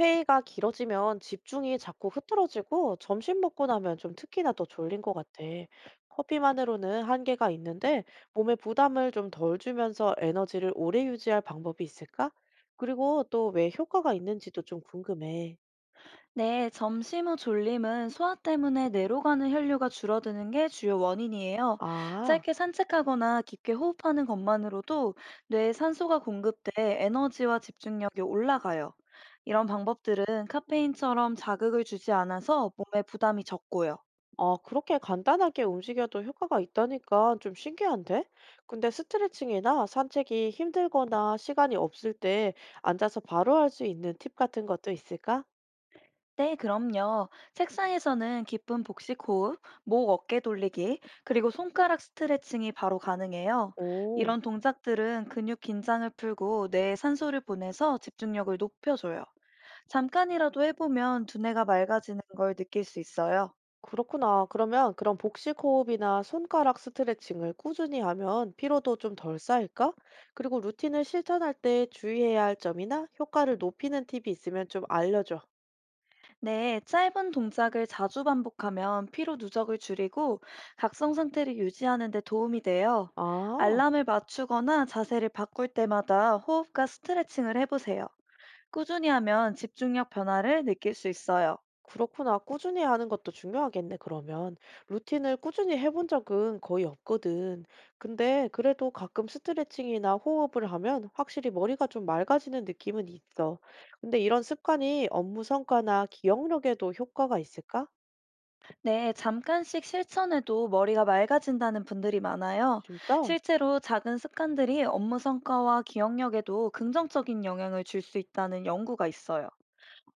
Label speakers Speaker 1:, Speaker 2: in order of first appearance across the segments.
Speaker 1: 회의가 길어지면 집중이 자꾸 흐트러지고 점심 먹고 나면 좀 특히나 더 졸린 것 같아. 커피만으로는 한계가 있는데 몸에 부담을 좀 덜 주면서 에너지를 오래 유지할 방법이 있을까? 그리고 또 왜 효과가 있는지도 좀 궁금해.
Speaker 2: 네, 점심 후 졸림은 소화 때문에 뇌로 가는 혈류가 줄어드는 게 주요 원인이에요.
Speaker 1: 아,
Speaker 2: 짧게 산책하거나 깊게 호흡하는 것만으로도 뇌에 산소가 공급돼 에너지와 집중력이 올라가요. 이런 방법들은 카페인처럼 자극을 주지 않아서 몸에 부담이 적고요.
Speaker 1: 그렇게 간단하게 움직여도 효과가 있다니까 좀 신기한데? 근데 스트레칭이나 산책이 힘들거나 시간이 없을 때 앉아서 바로 할 수 있는 팁 같은 것도 있을까?
Speaker 2: 네, 그럼요. 책상에서는 깊은 복식 호흡, 목 어깨 돌리기, 그리고 손가락 스트레칭이 바로 가능해요.
Speaker 1: 오.
Speaker 2: 이런 동작들은 근육 긴장을 풀고 뇌에 산소를 보내서 집중력을 높여줘요. 잠깐이라도 해보면 두뇌가 맑아지는 걸 느낄 수 있어요.
Speaker 1: 그렇구나. 그러면 그런 복식 호흡이나 손가락 스트레칭을 꾸준히 하면 피로도 좀 덜 쌓일까? 그리고 루틴을 실천할 때 주의해야 할 점이나 효과를 높이는 팁이 있으면 좀 알려줘.
Speaker 2: 네, 짧은 동작을 자주 반복하면 피로 누적을 줄이고 각성 상태를 유지하는 데 도움이 돼요.
Speaker 1: 아,
Speaker 2: 알람을 맞추거나 자세를 바꿀 때마다 호흡과 스트레칭을 해보세요. 꾸준히 하면 집중력 변화를 느낄 수 있어요.
Speaker 1: 그렇구나. 꾸준히 하는 것도 중요하겠네, 그러면. 루틴을 꾸준히 해본 적은 거의 없거든. 근데 그래도 가끔 스트레칭이나 호흡을 하면 확실히 머리가 좀 맑아지는 느낌은 있어. 근데 이런 습관이 업무 성과나 기억력에도 효과가 있을까?
Speaker 2: 네, 잠깐씩 실천해도 머리가 맑아진다는 분들이 많아요.
Speaker 1: 진짜?
Speaker 2: 실제로 작은 습관들이 업무 성과와 기억력에도 긍정적인 영향을 줄 수 있다는 연구가 있어요.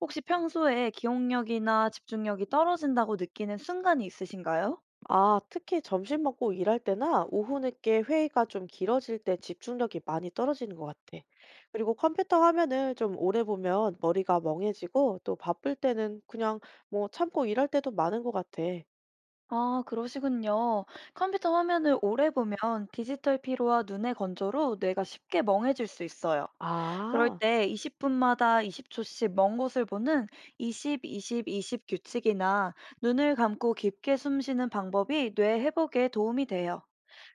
Speaker 2: 혹시 평소에 기억력이나 집중력이 떨어진다고 느끼는 순간이 있으신가요?
Speaker 1: 아, 특히 점심 먹고 일할 때나 오후 늦게 회의가 좀 길어질 때 집중력이 많이 떨어지는 것 같아. 그리고 컴퓨터 화면을 좀 오래 보면 머리가 멍해지고 또 바쁠 때는 그냥 뭐 참고 일할 때도 많은 것 같아.
Speaker 2: 아, 그러시군요. 컴퓨터 화면을 오래 보면 디지털 피로와 눈의 건조로 뇌가 쉽게 멍해질 수 있어요. 그럴
Speaker 1: 아.
Speaker 2: 때 20분마다 20초씩 먼 곳을 보는 20, 20, 20 규칙이나 눈을 감고 깊게 숨 쉬는 방법이 뇌 회복에 도움이 돼요.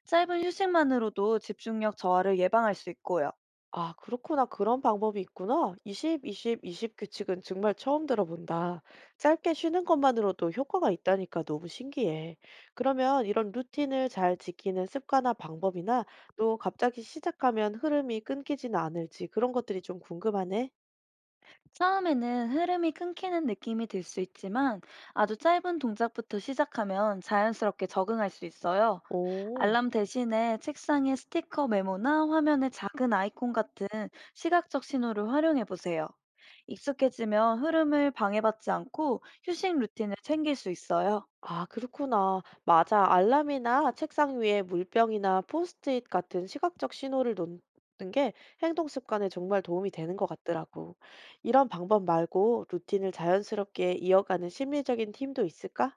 Speaker 2: 짧은 휴식만으로도 집중력 저하를 예방할 수 있고요.
Speaker 1: 아, 그렇구나. 그런 방법이 있구나. 20, 20, 20 규칙은 정말 처음 들어본다. 짧게 쉬는 것만으로도 효과가 있다니까 너무 신기해. 그러면 이런 루틴을 잘 지키는 습관화 방법이나 또 갑자기 시작하면 흐름이 끊기지는 않을지 그런 것들이 좀 궁금하네.
Speaker 2: 처음에는 흐름이 끊기는 느낌이 들 수 있지만 아주 짧은 동작부터 시작하면 자연스럽게 적응할 수 있어요.
Speaker 1: 오.
Speaker 2: 알람 대신에 책상에 스티커 메모나 화면에 작은 아이콘 같은 시각적 신호를 활용해 보세요. 익숙해지면 흐름을 방해받지 않고 휴식 루틴을 챙길 수 있어요.
Speaker 1: 아, 그렇구나. 맞아. 알람이나 책상 위에 물병이나 포스트잇 같은 시각적 신호를 놓는 게 행동 습관에 정말 도움이 되는 것 같더라고. 이런 방법 말고 루틴을 자연스럽게 이어가는 심리적인 팀도 있을까?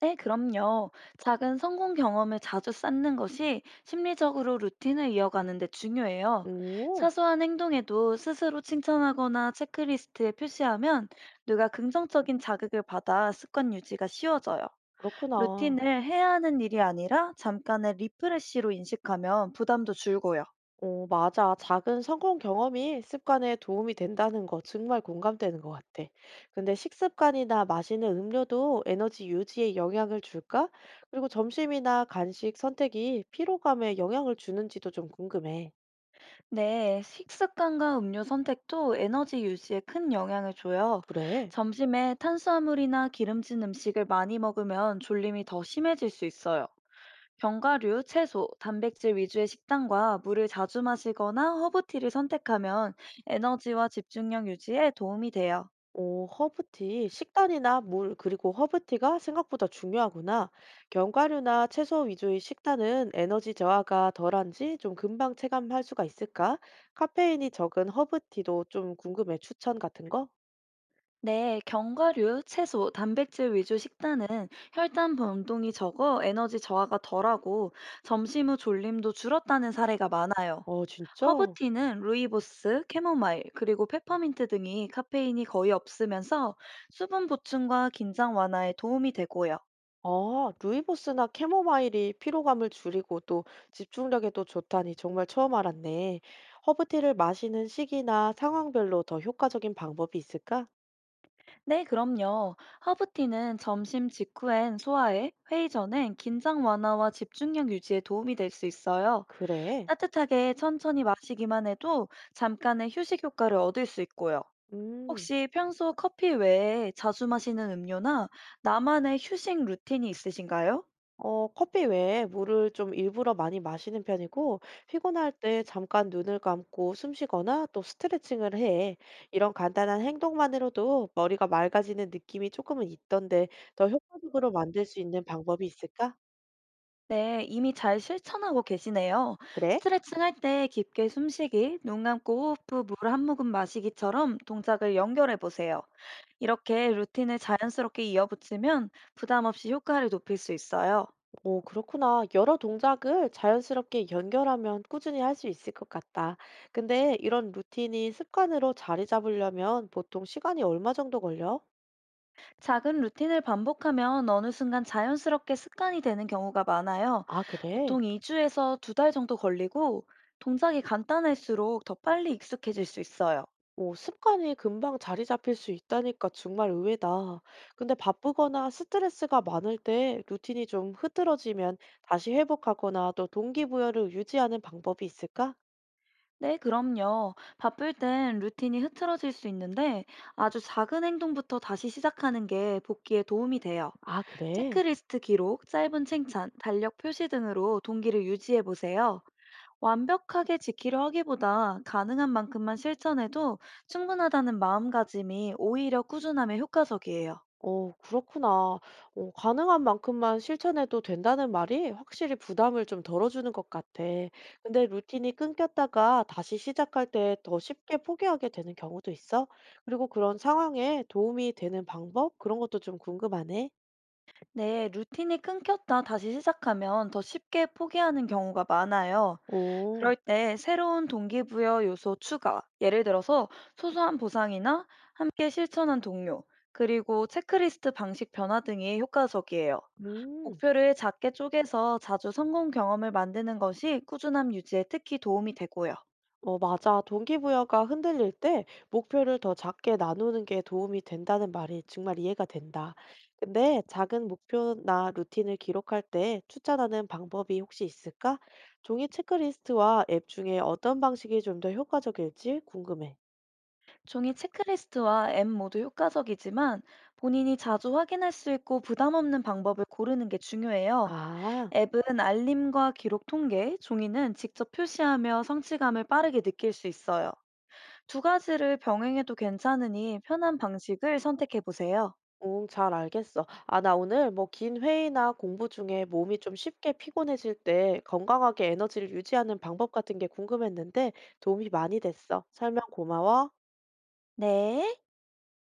Speaker 2: 네, 그럼요. 작은 성공 경험을 자주 쌓는 것이 심리적으로 루틴을 이어가는 데 중요해요.
Speaker 1: 오,
Speaker 2: 사소한 행동에도 스스로 칭찬하거나 체크리스트에 표시하면 뇌가 긍정적인 자극을 받아 습관 유지가 쉬워져요.
Speaker 1: 그렇구나.
Speaker 2: 루틴을 해야 하는 일이 아니라 잠깐의 리프레쉬로 인식하면 부담도 줄고요.
Speaker 1: 어, 맞아. 작은 성공 경험이 습관에 도움이 된다는 거 정말 공감되는 것 같아. 근데 식습관이나 마시는 음료도 에너지 유지에 영향을 줄까? 그리고 점심이나 간식 선택이 피로감에 영향을 주는지도 좀 궁금해.
Speaker 2: 네, 식습관과 음료 선택도 에너지 유지에 큰 영향을 줘요.
Speaker 1: 그래.
Speaker 2: 점심에 탄수화물이나 기름진 음식을 많이 먹으면 졸림이 더 심해질 수 있어요. 견과류, 채소, 단백질 위주의 식단과 물을 자주 마시거나 허브티를 선택하면 에너지와 집중력 유지에 도움이 돼요.
Speaker 1: 오, 허브티. 식단이나 물, 그리고 허브티가 생각보다 중요하구나. 견과류나 채소 위주의 식단은 에너지 저하가 덜한지 좀 금방 체감할 수가 있을까? 카페인이 적은 허브티도 좀 궁금해. 추천 같은 거?
Speaker 2: 네, 견과류, 채소, 단백질 위주 식단은 혈당 변동이 적어 에너지 저하가 덜하고 점심 후 졸림도 줄었다는 사례가 많아요.
Speaker 1: 어, 진짜?
Speaker 2: 허브티는 루이보스, 캐모마일, 그리고 페퍼민트 등이 카페인이 거의 없으면서 수분 보충과 긴장 완화에 도움이 되고요.
Speaker 1: 아, 루이보스나 캐모마일이 피로감을 줄이고 또 집중력에도 좋다니 정말 처음 알았네. 허브티를 마시는 시기나 상황별로 더 효과적인 방법이 있을까?
Speaker 2: 네, 그럼요. 허브티는 점심 직후엔 소화에, 회의 전엔 긴장 완화와 집중력 유지에 도움이 될 수 있어요.
Speaker 1: 그래.
Speaker 2: 따뜻하게 천천히 마시기만 해도 잠깐의 휴식 효과를 얻을 수 있고요.
Speaker 1: 음.
Speaker 2: 혹시 평소 커피 외에 자주 마시는 음료나 나만의 휴식 루틴이 있으신가요?
Speaker 1: 어 커피 외에 물을 좀 일부러 많이 마시는 편이고 피곤할 때 잠깐 눈을 감고 숨 쉬거나 또 스트레칭을 해. 이런 간단한 행동만으로도 머리가 맑아지는 느낌이 조금은 있던데 더 효과적으로 만들 수 있는 방법이 있을까?
Speaker 2: 네, 이미 잘 실천하고 계시네요.
Speaker 1: 그래?
Speaker 2: 스트레칭 할 때 깊게 숨쉬기, 눈 감고 호흡 후 물 한 모금 마시기처럼 동작을 연결해 보세요. 이렇게 루틴을 자연스럽게 이어붙이면 부담 없이 효과를 높일 수 있어요.
Speaker 1: 오, 그렇구나. 여러 동작을 자연스럽게 연결하면 꾸준히 할 수 있을 것 같다. 근데 이런 루틴이 습관으로 자리 잡으려면 보통 시간이 얼마 정도 걸려?
Speaker 2: 작은 루틴을 반복하면 어느 순간 자연스럽게 습관이 되는 경우가 많아요.
Speaker 1: 아, 그래?
Speaker 2: 보통 2주에서 2달 정도 걸리고 동작이 간단할수록 더 빨리 익숙해질 수 있어요.
Speaker 1: 오, 습관이 금방 자리 잡힐 수 있다니까 정말 의외다. 근데 바쁘거나 스트레스가 많을 때 루틴이 좀 흐트러지면 다시 회복하거나 또 동기부여를 유지하는 방법이 있을까?
Speaker 2: 네, 그럼요. 바쁠 땐 루틴이 흐트러질 수 있는데 아주 작은 행동부터 다시 시작하는 게 복귀에 도움이 돼요.
Speaker 1: 아, 그래?
Speaker 2: 체크리스트 기록, 짧은 칭찬, 달력 표시 등으로 동기를 유지해 보세요. 완벽하게 지키려 하기보다 가능한 만큼만 실천해도 충분하다는 마음가짐이 오히려 꾸준함에 효과적이에요.
Speaker 1: 오, 그렇구나. 어, 가능한 만큼만 실천해도 된다는 말이 확실히 부담을 좀 덜어주는 것 같아. 근데 루틴이 끊겼다가 다시 시작할 때 더 쉽게 포기하게 되는 경우도 있어? 그리고 그런 상황에 도움이 되는 방법? 그런 것도 좀 궁금하네.
Speaker 2: 네, 루틴이 끊겼다 다시 시작하면 더 쉽게 포기하는 경우가 많아요.
Speaker 1: 오,
Speaker 2: 그럴 때 새로운 동기부여 요소 추가, 예를 들어서 소소한 보상이나 함께 실천한 동료, 그리고 체크리스트 방식 변화 등이 효과적이에요.
Speaker 1: 음,
Speaker 2: 목표를 작게 쪼개서 자주 성공 경험을 만드는 것이 꾸준함 유지에 특히 도움이 되고요.
Speaker 1: 어, 맞아. 동기부여가 흔들릴 때 목표를 더 작게 나누는 게 도움이 된다는 말이 정말 이해가 된다. 근데 작은 목표나 루틴을 기록할 때 추천하는 방법이 혹시 있을까? 종이 체크리스트와 앱 중에 어떤 방식이 좀 더 효과적일지 궁금해.
Speaker 2: 종이 체크리스트와 앱 모두 효과적이지만 본인이 자주 확인할 수 있고 부담 없는 방법을 고르는 게 중요해요.
Speaker 1: 아.
Speaker 2: 앱은 알림과 기록 통계, 종이는 직접 표시하며 성취감을 빠르게 느낄 수 있어요. 두 가지를 병행해도 괜찮으니 편한 방식을 선택해 보세요.
Speaker 1: 응, 잘 알겠어. 아, 나 오늘 뭐 긴 회의나 공부 중에 몸이 좀 쉽게 피곤해질 때 건강하게 에너지를 유지하는 방법 같은 게 궁금했는데 도움이 많이 됐어. 설명 고마워.
Speaker 2: 네.